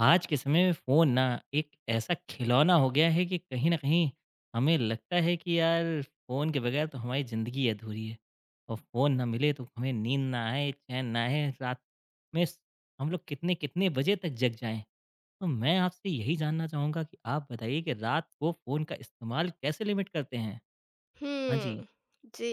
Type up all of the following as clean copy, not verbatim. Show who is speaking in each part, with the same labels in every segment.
Speaker 1: आज के समय में फ़ोन ना एक ऐसा खिलौना हो गया है कि कहीं न कहीं हमें लगता है कि यार फ़ोन के बगैर तो हमारी ज़िंदगी अधूरी है और फ़ोन ना मिले तो हमें नींद ना आए, चैन ना आए, रात में स हम लोग कितने-कितने बजे तक जग जाएँ। तो मैं आपसे यही जानना चाहूँगा कि आप बताइए कि रात को फ़ोन का इस्तेमाल कैसे लिमिट करते हैं? हाँ जी।
Speaker 2: हुँ, जी।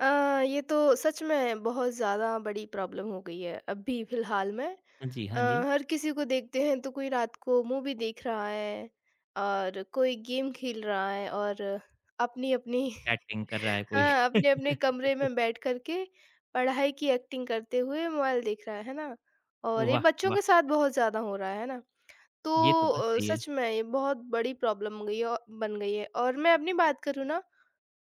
Speaker 2: अ, ये तो सच में बहुत ज़्यादा बड़ी प्रॉब्लम हो गई है, अभी फ़िलहाल में।
Speaker 1: हाँ जी,
Speaker 2: अ,
Speaker 1: हाँ जी।
Speaker 2: हर किसी को देखते हैं तो कोई रात को मूवी देख रहा है और कोई गेम खेल रहा है और अपनी-अपनी
Speaker 1: चैटिंग कर रहा है कोई।
Speaker 2: हाँ, अपने-अपने कमरे में बैठ कर के पढ़ाई की एक्टिंग करते हुए मोबाइल देख रहा है ना? और ये
Speaker 1: वाह!
Speaker 2: बच्चों
Speaker 1: वाह!
Speaker 2: के साथ बहुत ज़्यादा हो रहा है ना?
Speaker 1: ये तो
Speaker 2: तो
Speaker 1: बात सही है।
Speaker 2: सच में ये बहुत बड़ी प्रॉब्लम हो गई है औ बन गई है। और मैं अपनी बात करूँ ना,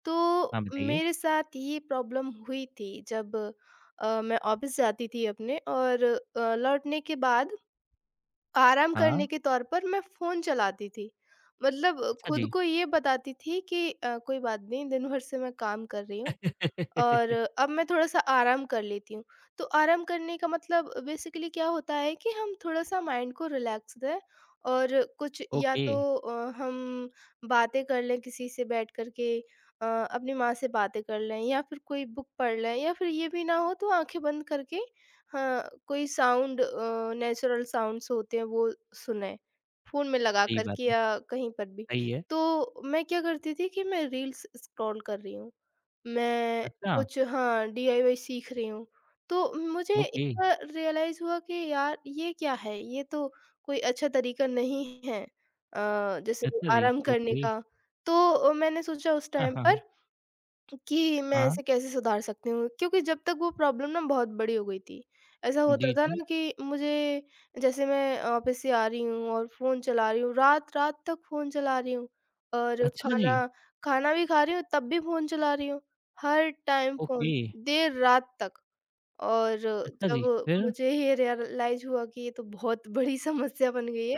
Speaker 2: तो
Speaker 1: हाँ, बताइए।
Speaker 2: मेरे साथ ये प्रॉब्लम हुई थी जब मैं ऑफ़िस जाती थी अपने, और लौटने के बाद आराम करने
Speaker 1: हाँ।
Speaker 2: के तौर पर मैं फ़ोन चलाती थी। मतलब
Speaker 1: अच्छा
Speaker 2: खुद
Speaker 1: जी।
Speaker 2: को ये बताती थी कि कोई बात नहीं, दिन भर से मैं काम कर रही हूँ। और अब मैं थोड़ा-सा आराम कर लेती हूँ। तो आराम करने का मतलब बेसिकली क्या होता है कि हम थोड़ा-सा माइंड को रिलैक्स दें, और कुछ या
Speaker 1: ओके।
Speaker 2: तो हम बातें कर लें किसी से बैठ कर के, अपनी माँ से बातें कर लें, या फिर कोई बुक पढ़ लें, या फिर ये भी ना हो तो आँखें बंद करके हाँ, कोई साउंड, नेचुरल साउंड्स होते हैं वो सुनें, फ़ोन में लगा
Speaker 1: सही
Speaker 2: कर
Speaker 1: बात
Speaker 2: के
Speaker 1: है,
Speaker 2: या कहीं पर भी।
Speaker 1: सही है।
Speaker 2: तो मैं क्या करती थी कि मैं रील्स स्क्रॉल कर रही हूँ। मैं
Speaker 1: अच्छा,
Speaker 2: कुछ हाँ, डीआईवाई सीख रही हूँ। तो मुझे एक
Speaker 1: ओके,
Speaker 2: बार रियलाइज़ हुआ कि यार ये क्या है? ये तो कोई अच्छा तरीका नहीं है जैसे
Speaker 1: अच्छा जी,
Speaker 2: आराम करने
Speaker 1: ओके।
Speaker 2: का। तो मैंने सोचा उस
Speaker 1: हाँ,
Speaker 2: टाइम
Speaker 1: हाँ, हाँ।
Speaker 2: पर कि मैं
Speaker 1: हाँ,
Speaker 2: ऐसे कैसे सुधार सकती हूँ? क्योंकि जब तक वो प्रॉब्लम ना बहुत बड़ी हो गई थी। ऐसा होता
Speaker 1: जी,
Speaker 2: था
Speaker 1: जी।
Speaker 2: ना कि मुझे जैसे मैं ऑफ़िस से आ रही हूँ और फ़ोन चला रही हूँ, रात-रात तक फ़ोन चला रही हूँ, और
Speaker 1: अच्छा जी,
Speaker 2: खाना खाना भी खा रही हूँ, तब भी फ़ोन चला रही हूँ। हर टाइम फ़ोन,
Speaker 1: ओके,
Speaker 2: देर रात तक। और
Speaker 1: अच्छा जी,
Speaker 2: जब
Speaker 1: फिर?
Speaker 2: मुझे ये रियलाइज़ हुआ कि ये तो बहुत बड़ी समस्या बन गई है।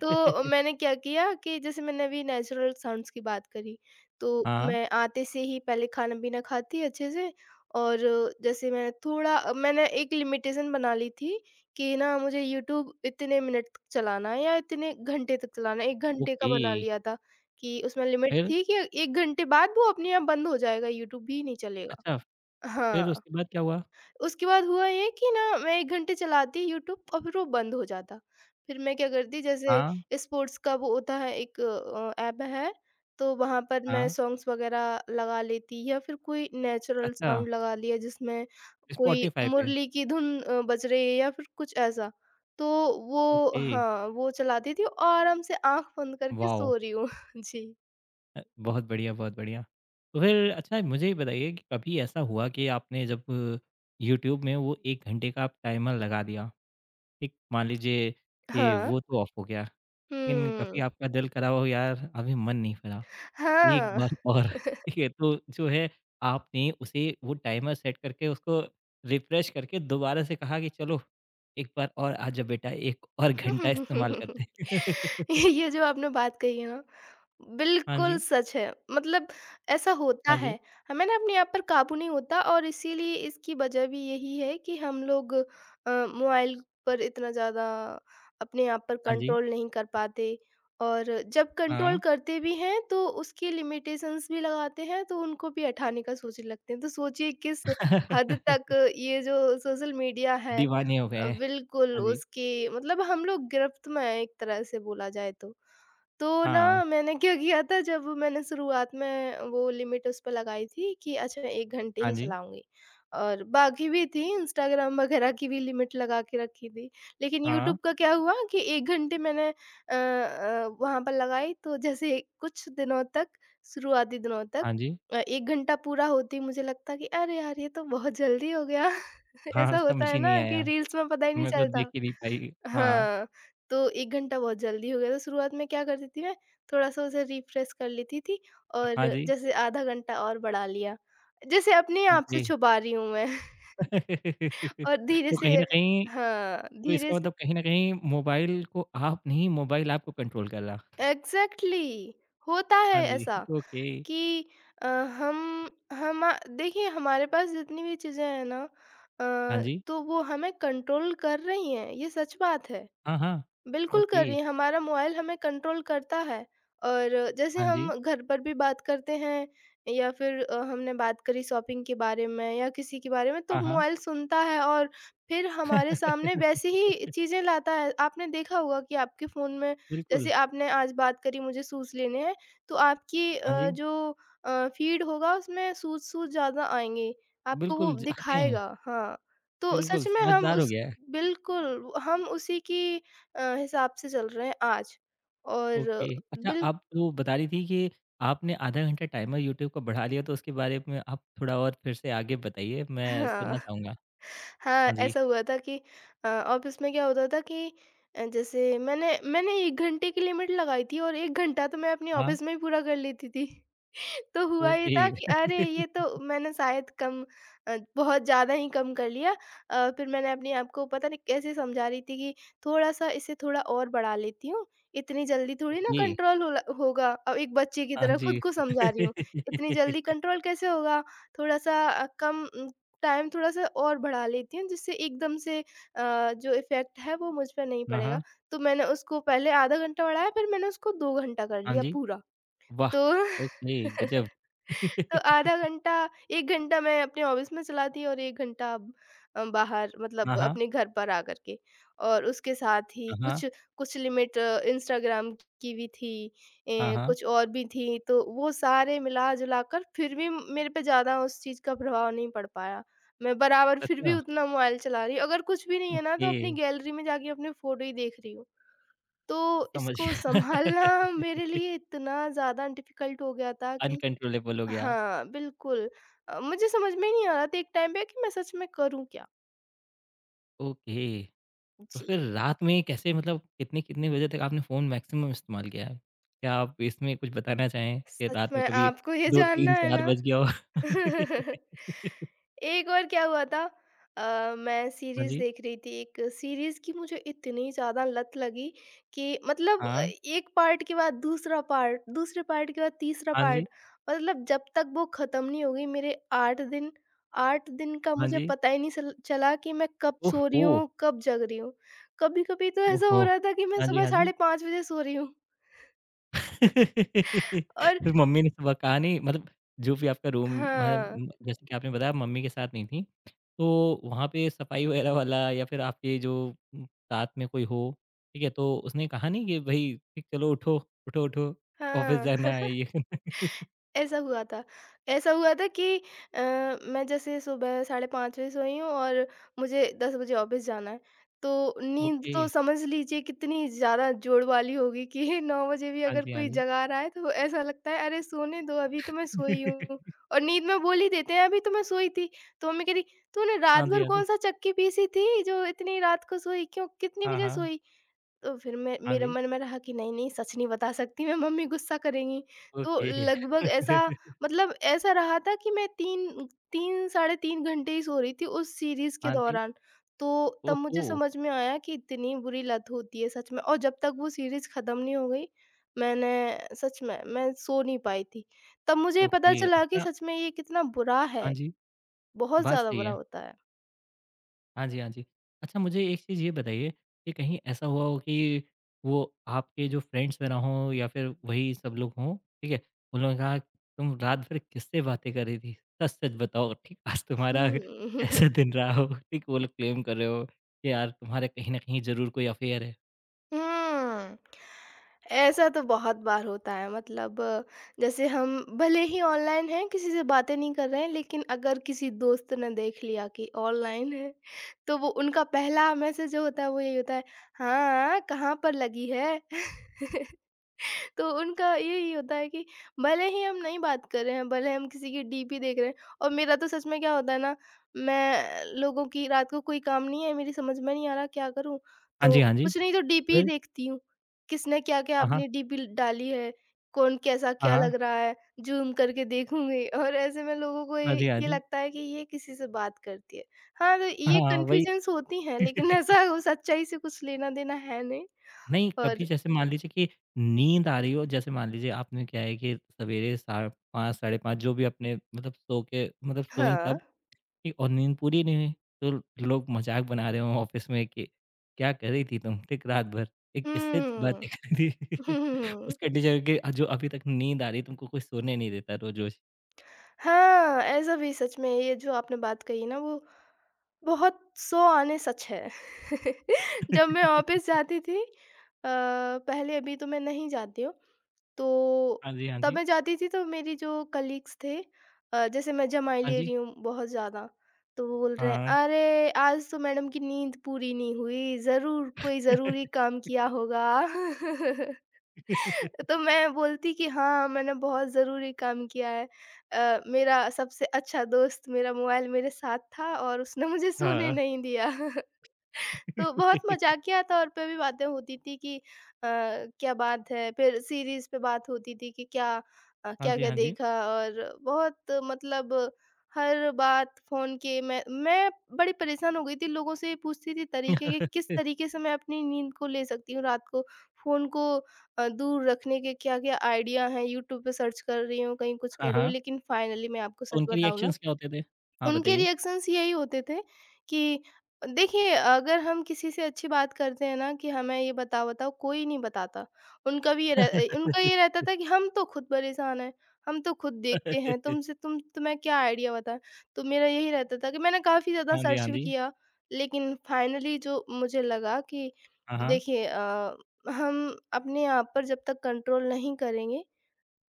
Speaker 2: तो मैंने क्या किया कि जैसे मैंने अभी नेचुरल साउंड्स की बात करी, तो
Speaker 1: हाँ,
Speaker 2: मैं आते से ही पहले खाना-पीना खाती अच्छे से, और जैसे मैं थोड़ा, मैंने एक लिमिटेशन बना ली थी कि ना मुझे यूट्यूब इतने मिनट तक चलाना है या इतने घंटे तक चलाना है, 1 घंटे का
Speaker 1: ओके,
Speaker 2: बना लिया था कि उसमें लिमिट
Speaker 1: फिर?
Speaker 2: थी कि 1 घंटे बाद वो अपने आप बंद हो जाएगा, यूट्यूब भी नहीं चलेगा।
Speaker 1: अच्छा, फिर
Speaker 2: हाँ।
Speaker 1: उसके बाद क्या हुआ?
Speaker 2: उसके बाद हुआ ये कि ना मैं 1 घंटे चलाती यूट्यूब और फिर वो बंद हो जाता। फिर मैं क्या करती, जैसे
Speaker 1: हाँ,
Speaker 2: स्पोर्ट्स का वो होता है एक ऐप है, तो वहाँ पर मैं
Speaker 1: हाँ,
Speaker 2: सॉन्ग्स वग़ैरह लगा लेती या फिर कोई नेचुरल
Speaker 1: अच्छा,
Speaker 2: साउंड लगा लिया, जिसमें कोई
Speaker 1: स्पॉटिफ़ाई पे,
Speaker 2: मुरली की धुन बज रही है या फिर कुछ ऐसा। तो वो
Speaker 1: ओके,
Speaker 2: हाँ, वो चलाती थी और आराम से आँख बंद करके
Speaker 1: वॉव!
Speaker 2: सो रही हूँ। जी।
Speaker 1: अ, बहुत बढ़िया, बहुत बढ़िया। तो फिर अच्छा मुझे ये बताइए कि कभी ऐसा हुआ कि आपने जब यूट्यूब में वो 1 घंटे का आप टाइमर लगा दिया, एक मान लीजिए कि
Speaker 2: हाँ।
Speaker 1: वो तो ऑफ हो गया, लेकिन
Speaker 2: हुँ।
Speaker 1: कभी आपका दिल करा हो यार अभी मन नहीं भरा, एक बार
Speaker 2: हाँ।
Speaker 1: और ठीक है? तो जो है आपने उसे वो टाइमर सेट करके उसको रिफ्रेश करके दोबारा से कहा कि चलो एक बार और आ जा बेटा, 1 और घंटा इस्तेमाल करते हैं।
Speaker 2: ये जो आपने बात कही है ना,
Speaker 1: हाँ
Speaker 2: बिल्कुल
Speaker 1: जी,
Speaker 2: सच है। मतलब ऐसा होता
Speaker 1: हाँ जी,
Speaker 2: है। हमें ना अपने आप पर काबू नहीं होता, और इसीलिए इसकी वजह भी यही है कि हम लोग मोबाइल पर इतना ज़्यादा अपने आप पर
Speaker 1: हाँ जी,
Speaker 2: कंट्रोल नहीं कर पाते। और जब कंट्रोल
Speaker 1: हाँ।
Speaker 2: करते भी हैं तो उसकी लिमिटेशंस भी लगाते हैं, तो उनको भी हटाने का सोचने लगते हैं। तो सोचिए किस हद तक ये जो सोशल मीडिया है,
Speaker 1: दीवाने हो गए हैं।
Speaker 2: बिल्कुल
Speaker 1: हाँ जी,
Speaker 2: उसके मतलब हम लोग गिरफ्त में हैं, एक तरह से बोला जाए तो। तो
Speaker 1: हाँ,
Speaker 2: ना, मैंने क्या किया था जब मैंने शुरुआत में वो लिमिट उस पे लगाई थी कि अच्छा 1 घंटे
Speaker 1: हाँ
Speaker 2: ही
Speaker 1: जी,
Speaker 2: चलाऊँगी, और बाकी भी थी, इंस्टाग्राम वगैरह की भी लिमिट लगा के रखी थी। लेकिन
Speaker 1: हाँ,
Speaker 2: यूट्यूब का क्या हुआ कि 1 घंटे मैंने वहाँ पर लगाई, तो जैसे कुछ दिनों तक, शुरुआती दिनों तक
Speaker 1: हाँ जी,
Speaker 2: 1 घंटा पूरा होते ही मुझे लगता कि अरे यार! ये तो बहुत जल्दी हो गया।
Speaker 1: हाँ,
Speaker 2: ऐसा होता
Speaker 1: समझ
Speaker 2: है
Speaker 1: ही नहीं
Speaker 2: ना कि
Speaker 1: आया।
Speaker 2: रील्स में पता ही नहीं
Speaker 1: मेरे को दिख
Speaker 2: चलता।
Speaker 1: ही नहीं पाई। हाँ,
Speaker 2: हाँ, तो 1 घंटा बहुत जल्दी हो गया था। शुरुआत में क्या करती थी मैं, थोड़ा-सा उसे रिफ्रेश कर लेती थी
Speaker 1: हाँ
Speaker 2: और
Speaker 1: जी।
Speaker 2: जैसे आधा घंटा और बढ़ा लिया। जैसे अपने आप से
Speaker 1: ओके।
Speaker 2: छुपा रही हूँ मैं। और धीरे
Speaker 1: तो
Speaker 2: से,
Speaker 1: कहीं न कहीं
Speaker 2: हाँ,
Speaker 1: तो
Speaker 2: धीरे
Speaker 1: इसका
Speaker 2: से
Speaker 1: मतलब कहीं न कहीं मोबाइल को आप नहीं, मोबाइल आपको कंट्रोल कर रहा।
Speaker 2: एग्ज़ैक्टली होता है
Speaker 1: हाँ जी,
Speaker 2: ऐसा
Speaker 1: ओके।
Speaker 2: कि अ, हम हमा देखिए हमारे पास जितनी भी चीज़ें हैं ना,
Speaker 1: हाँ
Speaker 2: अ,
Speaker 1: जी।
Speaker 2: तो वो हमें कंट्रोल कर रही हैं, ये सच बात है।
Speaker 1: हाँ, हाँ।
Speaker 2: बिल्कुल
Speaker 1: ओके।
Speaker 2: कर रही है, हमारा मोबाइल हमें कंट्रोल करता है। और जैसे
Speaker 1: हाँ
Speaker 2: हम
Speaker 1: जी।
Speaker 2: घर पर भी बात करते हैं या फिर हमने बात करी शॉपिंग के बारे में या किसी के बारे में, तो
Speaker 1: हाँ, हाँ।
Speaker 2: मोबाइल सुनता है और फिर हमारे सामने वैसी ही चीज़ें लाता है। आपने देखा होगा कि आपके फ़ोन में
Speaker 1: बिल्कुल।
Speaker 2: जैसे आपने आज बात करी मुझे शूज़ लेने हैं, तो आपकी
Speaker 1: हाँ जी।
Speaker 2: जो फ़ीड होगा उसमें शूज़ शूज़ ज़्यादा आएँगे, आपको वो
Speaker 1: बिल्कुल, ज आते हैं।
Speaker 2: दिखाएगा। हाँ, तो
Speaker 1: बिल्कुल,
Speaker 2: सच में हम
Speaker 1: समझदार हो
Speaker 2: उस
Speaker 1: गया है।
Speaker 2: बिल्कुल, हम उसी की हिसाब से चल रहे हैं आज और
Speaker 1: ओके। अच्छा,
Speaker 2: बिल
Speaker 1: आप वो बता रही थी कि आपने आधा घंटा टाइमर यूट्यूब का बढ़ा लिया, तो उसके बारे में आप थोड़ा और फिर से आगे बताइए, मैं
Speaker 2: हाँ,
Speaker 1: सुनना चाहूँगा।
Speaker 2: हाँ,
Speaker 1: हाँ जी।
Speaker 2: ऐसा हुआ था कि ऑफिस में क्या होता था कि जैसे मैंने मैंने 1 घंटे की लिमिट लगाई थी, और 1 घंटा तो मैं अपने
Speaker 1: हाँ,
Speaker 2: ऑफिस में ही पूरा कर लेती थी। तो हुआ ये
Speaker 1: ओके।
Speaker 2: था कि अरे! ये तो मैंने शायद कम, बहुत ज़्यादा ही कम कर लिया। फिर मैंने अपने आप को पता नहीं कैसे समझा रही थी कि थोड़ा-सा इसे थोड़ा और बढ़ा लेती हूँ, इतनी जल्दी थोड़ी ना
Speaker 1: ओके।
Speaker 2: कंट्रोल होला होगा। अब एक बच्चे की
Speaker 1: हाँ
Speaker 2: तरह खुद
Speaker 1: जी।
Speaker 2: को समझा रही हूँ, इतनी जल्दी कंट्रोल कैसे होगा? थोड़ा-सा कम टाइम थोड़ा-सा और बढ़ा लेती हूँ, जिससे एकदम से जो इफ़ेक्ट है वो मुझ पे नहीं
Speaker 1: हाँ,
Speaker 2: पड़ेगा।
Speaker 1: हाँ।
Speaker 2: तो मैंने उसको पहले आधा घंटा बढ़ाया, फिर मैंने उसको 2 घंटा कर
Speaker 1: हाँ
Speaker 2: लिया
Speaker 1: जी।
Speaker 2: पूरा।
Speaker 1: वाह!
Speaker 2: तो
Speaker 1: ओके, गज़ब।
Speaker 2: तो आधा घंटा, 1 घंटा मैं अपने ऑफ़िस में चलाती और 1 घंटा बाहर,
Speaker 1: हाँ,
Speaker 2: मतलब
Speaker 1: हाँ।
Speaker 2: अपने घर पर आकर के। और उसके साथ ही
Speaker 1: हाँ, हाँ।
Speaker 2: कुछ कुछ लिमिट इंस्टाग्राम की भी थी,
Speaker 1: हाँ,
Speaker 2: ए,
Speaker 1: हाँ।
Speaker 2: कुछ और भी थी, तो वो सारे मिला-जुला कर फिर भी मेरे पे ज़्यादा उस चीज़ का प्रभाव नहीं पड़ पाया। मैं बराबर फिर भी
Speaker 1: अच्छा,
Speaker 2: उतना मोबाइल चला रही हूँ। अगर कुछ भी नहीं है ना, तो
Speaker 1: ओके,
Speaker 2: अपनी गैलरी में जाके अपनी फ़ोटो ही देख रही हूँ। तो
Speaker 1: समझ
Speaker 2: इसको
Speaker 1: गया।
Speaker 2: सँभालना मेरे लिए इतना ज़्यादा डिफ़िकल्ट हो गया था कि
Speaker 1: अनकंट्रोलेबल हो गया आप।
Speaker 2: हाँ, बिल्कुल। मुझे समझ में ही नहीं आ रहा था एक टाइम पे कि मैं सच में करूँ क्या?
Speaker 1: ओके, तो
Speaker 2: जी,
Speaker 1: फिर रात में कैसे मतलब कितने-कितने बजे तक आपने फ़ोन मैक्सिमम इस्तेमाल किया है? क्या आप इसमें कुछ बताना चाहें कि
Speaker 2: सच
Speaker 1: रात में
Speaker 2: में
Speaker 1: कभी
Speaker 2: आपको ये जानना है
Speaker 1: 2-3-4
Speaker 2: ना।
Speaker 1: बज गया हो?
Speaker 2: एक बार क्या हुआ था, मैं
Speaker 1: हाँ
Speaker 2: सीरीज़
Speaker 1: जी।
Speaker 2: देख रही थी, एक सीरीज़ की मुझे इतनी ज़्यादा लत लगी कि मतलब
Speaker 1: हाँ।
Speaker 2: एक पार्ट के बाद दूसरा पार्ट, दूसरे पार्ट के बाद तीसरा
Speaker 1: हाँ जी।
Speaker 2: पार्ट, मतलब जब तक वो ख़त्म नहीं हो गई मेरे 8 दिन, 8 दिन का
Speaker 1: हाँ
Speaker 2: मुझे
Speaker 1: जी।
Speaker 2: पता ही नहीं चल चला कि मैं कब
Speaker 1: ओह
Speaker 2: सो रही
Speaker 1: हो!
Speaker 2: हूँ, कब जग रही हूँ। कभी-कभी तो
Speaker 1: ओह
Speaker 2: ऐसा हो
Speaker 1: हो!
Speaker 2: रहा था कि मैं
Speaker 1: हाँ जी,
Speaker 2: सुबह
Speaker 1: हाँ जी।
Speaker 2: साढ़े 5 बजे सो रही हूँ और
Speaker 1: फिर मम्मी ने सुबह कहा नहीं मतलब जो भी आपका रूम
Speaker 2: हाँ,
Speaker 1: मतलब जैसे कि आपने बताया मम्मी के साथ नहीं थी। तो वहाँ पे सफाई वगैरह वाला या फिर आपके जो साथ में कोई हो, ठीक है? तो उसने कहा नहीं कि भई ठीक चलो उठो, उठो, उठो ऑफ़िस
Speaker 2: हाँ।
Speaker 1: जाना है ये
Speaker 2: ऐसा हुआ था ऐसा हुआ था कि मैं जैसे सुबह साढ़े 5 बजे सोई हूँ और मुझे 10 बजे ऑफ़िस जाना है। तो नींद
Speaker 1: ओके,
Speaker 2: तो समझ लीजिए कितनी ज़्यादा जोड़ वाली होगी कि 9 बजे भी
Speaker 1: हाँ
Speaker 2: अगर
Speaker 1: जी, हाँ
Speaker 2: कोई
Speaker 1: जी।
Speaker 2: जगा रहा है तो ऐसा लगता है अरे सोने दो, अभी तो मैं सोई हूँ। और नींद में बोल ही देते हैं अभी तो मैं सोई थी। तो मम्मी कह रही, तूने रात
Speaker 1: हाँ जी,
Speaker 2: भर
Speaker 1: हाँ जी।
Speaker 2: कौन-सा चक्की पीसी थी जो इतनी रात को सोई, क्यों कितने
Speaker 1: हाँ,
Speaker 2: बजे
Speaker 1: हाँ।
Speaker 2: सोई? तो फिर मैं
Speaker 1: हाँ
Speaker 2: मेरे
Speaker 1: जी,
Speaker 2: मन में रहा कि नहीं, नहीं, सच नहीं बता सकती मैं, मम्मी गुस्सा करेंगी। तो
Speaker 1: ओके।
Speaker 2: लगभग ऐसा, मतलब ऐसा रहा था कि मैं 3, 3 साढ़े 3 घंटे ही सो रही थी उस सीरीज़ के
Speaker 1: हाँ जी।
Speaker 2: दौरान। तो तब मुझे
Speaker 1: ओहो!
Speaker 2: समझ में आया कि इतनी बुरी लत होती है सच में, और जब तक वो सीरीज़ ख़त्म नहीं हो गई, मैंने सच में मैं सो नहीं पाई थी। तब मुझे पता
Speaker 1: ओके,
Speaker 2: चला कि
Speaker 1: अच्छा
Speaker 2: सच में ये कितना बुरा है,
Speaker 1: हाँ जी,
Speaker 2: बहुत
Speaker 1: बात
Speaker 2: ज़्यादा
Speaker 1: सही
Speaker 2: बुरा
Speaker 1: है।
Speaker 2: होता है।
Speaker 1: हाँ जी, हाँ जी। अच्छा मुझे एक चीज़ ये बताइए कि कहीं ऐसा हुआ हो कि वो आपके जो फ्रेंड्स वग़ैरह हों या फिर वही सब लोग हों, ठीक है? उन लोगों ने कहा तुम रात भर किससे बातें कर रही थी? सच-सच बताओ, ठीक आज तुम्हारा
Speaker 2: हुँ।
Speaker 1: कैसा दिन रहा हो? ठीक वो लोग क्लेम कर रहे हो कि यार तुम्हारा कहीं न कहीं ज़रूर कोई अफ़ेयर है।
Speaker 2: हुँ। ऐसा तो बहुत बार होता है, मतलब जैसे हम भले ही ऑनलाइन हैं, किसी से बातें नहीं कर रहे हैं, लेकिन अगर किसी दोस्त ने देख लिया कि ऑनलाइन है, तो वो उनका पहला मैसेज जो होता है वो यही होता है, "हाँ, कहाँ पर लगी है?" तो उनका यही होता है कि भले ही हम नहीं बात कर रहे हैं, भले हम किसी की डीपी देख रहे हैं। और मेरा तो सच में क्या होता है ना, मैं लोगों की रात को कोई काम नहीं है, मेरी समझ में नहीं आ रहा क्या करूँ?
Speaker 1: हाँ
Speaker 2: तो
Speaker 1: जी, हाँ जी।
Speaker 2: कुछ नहीं तो डीपी ही
Speaker 1: फिर?
Speaker 2: देखती हूँ। किसने क्या-क्या
Speaker 1: हाँ, हाँ।
Speaker 2: अपनी डीपी डाली है, कौन कैसा क्या
Speaker 1: हाँ, हाँ।
Speaker 2: लग रहा है, ज़ूम करके देखूँगी और ऐसे में लोगों को
Speaker 1: हाँ
Speaker 2: ये
Speaker 1: जी, हाँ
Speaker 2: ये
Speaker 1: जी।
Speaker 2: लगता है कि ये किसी से बात करती है। हाँ, तो
Speaker 1: हाँ,
Speaker 2: ये
Speaker 1: हाँ, वही।
Speaker 2: कन्फ्यूजन्स होती हैं लेकिन ऐसा वो सच्चाई से कुछ लेना-देना है नहीं
Speaker 1: नहीं,
Speaker 2: और
Speaker 1: कभी जैसे मान लीजिए कि नींद आ रही हो, जैसे मान लीजिए आपने क्या है कि सवेरे साढ़े 5, साढ़े 5 जो भी अपने मतलब सो के मतलब सोईं
Speaker 2: हाँ।
Speaker 1: तब ठीक और नींद पूरी नहीं हुई, तो लोग मज़ाक बना रहे हों ऑफ़िस में कि क्या कर रही थी तुम? ठीक रात भर, एक किससे
Speaker 2: हुँ।
Speaker 1: बातें कर रही थी?
Speaker 2: हुँ।
Speaker 1: उसका डीजे के जो अभी तक नींद आ रही है तुमको कोई सोने नहीं देता रोज़-रोज़।
Speaker 2: हाँ, ऐसा भी सच में ये जो आपने बात कही ना वो बहुत सौ आने सच है। जब मैं ऑफ़िस जाती थी पहले अभी तो मैं नहीं जाती हूँ, तो
Speaker 1: हाँ जी, हाँ
Speaker 2: तब
Speaker 1: जी।
Speaker 2: मैं जाती थी तो मेरी जो कलीग्स थे, जैसे मैं जमाई
Speaker 1: हाँ
Speaker 2: ले
Speaker 1: जी,
Speaker 2: रही हूँ बहुत ज़्यादा, तो वो बोल रहे हैं,
Speaker 1: हाँ।
Speaker 2: "अरे! आज तो मैडम की नींद पूरी नहीं हुई, ज़रूर कोई ज़रूरी काम किया होगा।" तो मैं बोलती कि हाँ, मैंने बहुत ज़रूरी काम किया है। मेरा सबसे अच्छा दोस्त मेरा मोबाइल मेरे साथ था और उसने मुझे सोने
Speaker 1: हाँ।
Speaker 2: नहीं दिया। तो बहुत मज़ाकिया तौर पे भी बातें होती थी कि क्या बात है, फिर सीरीज़ पे बात होती थी कि
Speaker 1: हाँ जी,
Speaker 2: क्या-क्या
Speaker 1: हाँ जी।
Speaker 2: देखा और बहुत मतलब हर बात फ़ोन के। मैं बड़ी परेशान हो गई थी, लोगों से पूछती थी तरीके कि किस तरीके से मैं अपनी नींद को ले सकती हूँ रात को, फ़ोन को दूर रखने के क्या-क्या आइडिया हैं, यूट्यूब पे सर्च कर रही हूँ, कहीं कुछ कर
Speaker 1: हाँ,
Speaker 2: रही हूँ,
Speaker 1: हाँ।
Speaker 2: लेकिन फाइनली मैं आपको
Speaker 1: तो
Speaker 2: सच
Speaker 1: उनके
Speaker 2: बताऊँ ना।
Speaker 1: रिएक्शंस क्या होते थे? हाँ,
Speaker 2: उनके
Speaker 1: बताइए?
Speaker 2: रिएक्शंस यही होते थे कि देखिए, अगर हम किसी से अच्छी बात करते हैं ना कि हमें ये बताओ-बताओ, कोई नहीं बताता। उनका भी ये रह अ, उनका ये रहता था कि हम तो खुद परेशान हैं, हम तो खुद देखते हैं, तुमसे तुम तुम्हें क्या आइडिया बताएँ? तो मेरा यही रहता था कि मैंने काफ़ी ज़्यादा
Speaker 1: हाँ जी,
Speaker 2: सर्च
Speaker 1: हाँ
Speaker 2: भी
Speaker 1: जी।
Speaker 2: किया, लेकिन फाइनली जो मुझे लगा कि
Speaker 1: हाँ, हाँ।
Speaker 2: देखिए, हम अपने आप पर जब तक कंट्रोल नहीं करेंगे,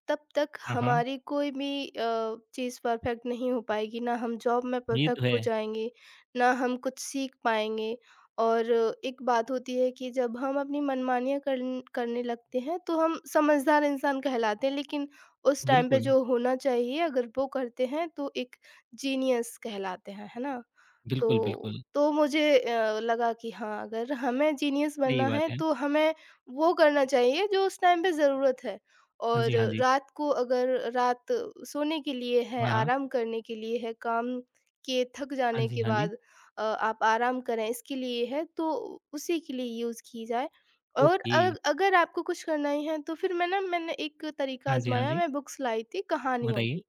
Speaker 2: तब तक
Speaker 1: हाँ, हाँ।
Speaker 2: हमारी कोई भी चीज़ परफ़ेक्ट नहीं हो पाएगी, ना हम जॉब में
Speaker 1: ये
Speaker 2: परफ़ेक्ट
Speaker 1: तो है।
Speaker 2: हो जाएँगे, ना हम कुछ सीख पाएँगे। और एक बात होती है कि जब हम अपनी मनमानियाँ करने लगते हैं, तो हम समझदार इंसान कहलाते हैं, लेकिन उस टाइम पे
Speaker 1: बिल्कुल,
Speaker 2: जो होना चाहिए अगर वो करते हैं, तो एक जीनियस कहलाते हैं, है ना? तो
Speaker 1: बिल्कुल, बिल्कुल।
Speaker 2: तो मुझे लगा कि हाँ, अगर हमें जीनियस
Speaker 1: सही
Speaker 2: बनना है
Speaker 1: बात है।
Speaker 2: तो हमें वो करना चाहिए जो उस टाइम पे ज़रूरत है
Speaker 1: हाँ
Speaker 2: और
Speaker 1: जी, हाँ जी।
Speaker 2: रात को अगर रात सोने के लिए है,
Speaker 1: हाँ, हाँ।
Speaker 2: आराम करने के लिए है, काम के थक
Speaker 1: हाँ
Speaker 2: जाने
Speaker 1: जी,
Speaker 2: के
Speaker 1: हाँ जी।
Speaker 2: बाद आप आराम करें इसके लिए है तो उसी के लिए यूज़ की जाए और
Speaker 1: ओके।
Speaker 2: अग अगर आपको कुछ करना ही है तो फिर मैंने एक तरीका
Speaker 1: हाँ जी, हाँ
Speaker 2: आज़माया।
Speaker 1: जी।
Speaker 2: मैं बुक्स लाई थी कहानियों
Speaker 1: बताइए?
Speaker 2: की।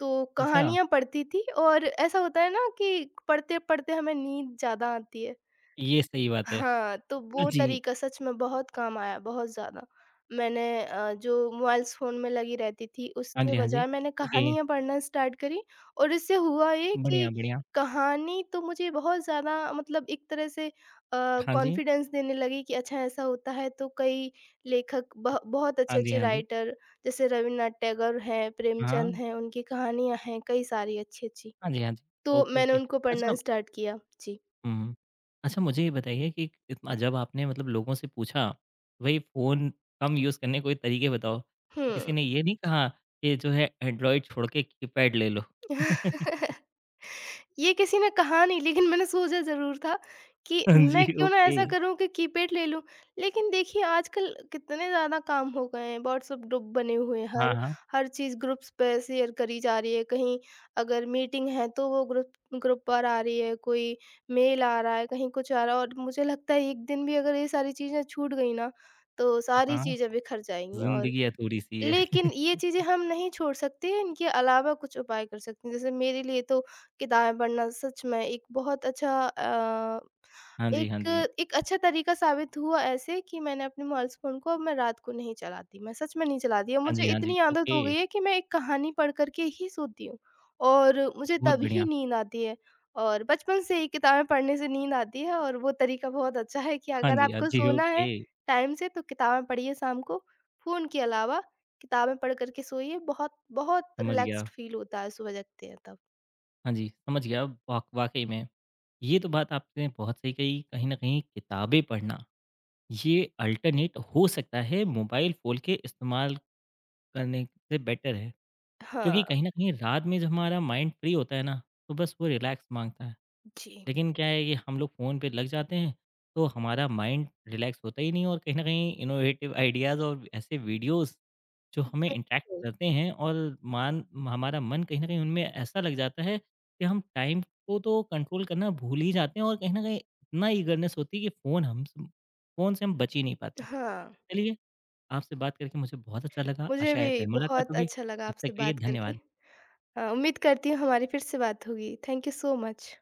Speaker 2: तो
Speaker 1: अच्छा,
Speaker 2: कहानियाँ पढ़ती थी और ऐसा होता है ना कि पढ़ते-पढ़ते हमें नींद ज़्यादा आती है।
Speaker 1: ये सही बात है।
Speaker 2: हाँ, तो
Speaker 1: हाँ
Speaker 2: वो
Speaker 1: जी।
Speaker 2: तरीका सच में बहुत काम आया, बहुत ज़्यादा। मैंने, जो मोबाइल्स फ़ोन में लगी रहती थी,
Speaker 1: हाँ
Speaker 2: उसके
Speaker 1: जी, हाँ जी।
Speaker 2: बजाय मैंने
Speaker 1: ओके।
Speaker 2: कहानियाँ पढ़ना स्टार्ट करी और इससे हुआ ये कि
Speaker 1: बढ़िया, बढ़िया।
Speaker 2: कहानी तो मुझे बहुत ज़्यादा मतलब एक तरह से
Speaker 1: हाँ जी।
Speaker 2: कॉन्फिडेंस देने लगी कि अच्छा ऐसा होता है। तो कई लेखक, बह बहुत
Speaker 1: हाँ जी,
Speaker 2: अच्छे-अच्छे
Speaker 1: हाँ जी।
Speaker 2: राइटर जैसे रवीन्द्रनाथ टैगोर हैं, प्रेमचंद
Speaker 1: हाँ।
Speaker 2: हैं, उनकी कहानियाँ हैं कई सारी अच्छी-अच्छी।
Speaker 1: हाँ जी, हाँ जी।
Speaker 2: तो
Speaker 1: ओके,
Speaker 2: मैंने
Speaker 1: ओके।
Speaker 2: उनको
Speaker 1: अच्छा
Speaker 2: पढ़ना स्टार्ट किया। जी।
Speaker 1: हुँ। अच्छा मुझे ये बताइए कि इतना जब आपने मतलब लोगों से पूछा, भई फ़ोन कम यूज़ करने के कोई तरीके बताओ, तो किसी
Speaker 2: हुँ।
Speaker 1: ने ये नहीं कहा कि जो है एंड्रॉइड छोड़ के कीपैड ले लो?
Speaker 2: ये किसी ने कहा नहीं लेकिन मैंने सोचा ज़रूर था कि
Speaker 1: हाँ जी,
Speaker 2: मैं क्यों ना
Speaker 1: ओके।
Speaker 2: ऐसा करूँ कि कीपैड ले लूँ। लेकिन देखिए आजकल कितने ज़्यादा काम हो गए हैं, व्हाट्सएप ग्रुप बने हुए हैं,
Speaker 1: हाँ,
Speaker 2: हर
Speaker 1: हाँ,
Speaker 2: हर चीज़ ग्रुप्स पे शेयर करी जा रही है। कहीं अगर मीटिंग है तो वो ग्रुप ग्रुप पर आ रही है, कोई मेल आ रहा है, कहीं कुछ आ रहा है और मुझे लगता है एक दिन भी अगर ये सारी चीज़ें छूट गई ना, तो सारी
Speaker 1: हाँ,
Speaker 2: चीज़ें बिखर जाएँगी। और
Speaker 1: ज़िंदगी अधूरी-सी
Speaker 2: लेकिन
Speaker 1: है।
Speaker 2: ये चीज़ें हम नहीं छोड़ सकते, इनके अलावा कुछ उपाय कर सकते हैं। जैसे मेरे लिए तो किताबें पढ़ना सच में एक बहुत अच्छा,
Speaker 1: हाँ जी, हाँ
Speaker 2: एक
Speaker 1: जी।
Speaker 2: एक अच्छा तरीका साबित हुआ ऐसे कि मैंने अपने मोबाइल फ़ोन को अब मैं रात को नहीं चलाती, मैं सच में नहीं चलाती। अब
Speaker 1: हाँ
Speaker 2: मुझे
Speaker 1: जी, हाँ जी,
Speaker 2: इतनी आदत
Speaker 1: ओके,
Speaker 2: हो गई है कि मैं एक कहानी पढ़ कर के ही सोती हूँ और मुझे
Speaker 1: बहुत
Speaker 2: तभी
Speaker 1: बढ़िया।
Speaker 2: नींद आती है और बचपन से ही किताबें पढ़ने से नींद आती है और वो तरीका बहुत अच्छा है कि
Speaker 1: हाँ
Speaker 2: अगर
Speaker 1: जी, हाँ
Speaker 2: आपको
Speaker 1: जी,
Speaker 2: सोना है
Speaker 1: ओके,
Speaker 2: टाइम से तो किताबें पढ़िए शाम को, फ़ोन के अलावा। किताबें पढ़ कर के सोइए, बहुत बहुत
Speaker 1: समझ
Speaker 2: रिलैक्स्ड
Speaker 1: गया।
Speaker 2: फ़ील होता है सुबह जगते हैं तब।
Speaker 1: हाँ जी, समझ गया वाक़ई में। ये तो बात आपने बहुत सही कही, कहीं न कहीं किताबें पढ़ना ये अल्टरनेट हो सकता है मोबाइल फ़ोन के इस्तेमाल करने से बेटर है।
Speaker 2: हाँ,
Speaker 1: क्योंकि कहीं न कहीं रात में जब हमारा माइंड फ्री होता है ना, तो बस वो रिलैक्स माँगता है।
Speaker 2: जी।
Speaker 1: लेकिन क्या है कि हम लोग फ़ोन पे लग जाते हैं, तो हमारा माइंड रिलैक्स होता ही नहीं और कहीं न कहीं इनोवेटिव आइडियाज़ और ऐसे वीडियोज़ जो हमें इंटरैक्ट
Speaker 2: बिल्कुल,
Speaker 1: करते हैं और मान हमारा मन कहीं न कहीं उनमें ऐसा लग जाता है कि हम टाइम को तो कंट्रोल करना भूल ही जाते हैं और कहीं न कहीं इतना ईगरनेस होती है कि फ़ोन से हम बच ही नहीं पाते।
Speaker 2: हाँ,
Speaker 1: चलिए, आपसे बात करके मुझे बहुत अच्छा लगा।
Speaker 2: मुझे
Speaker 1: आशा
Speaker 2: भी
Speaker 1: है फिर मुलाकात
Speaker 2: बहुत
Speaker 1: होगी।
Speaker 2: अच्छा लगा
Speaker 1: तब
Speaker 2: आपसे
Speaker 1: तक के लिए
Speaker 2: बात करके।
Speaker 1: धन्यवाद।
Speaker 2: उम्मीद करती हूँ हमारी फिर से बात होगी। Thank you so much.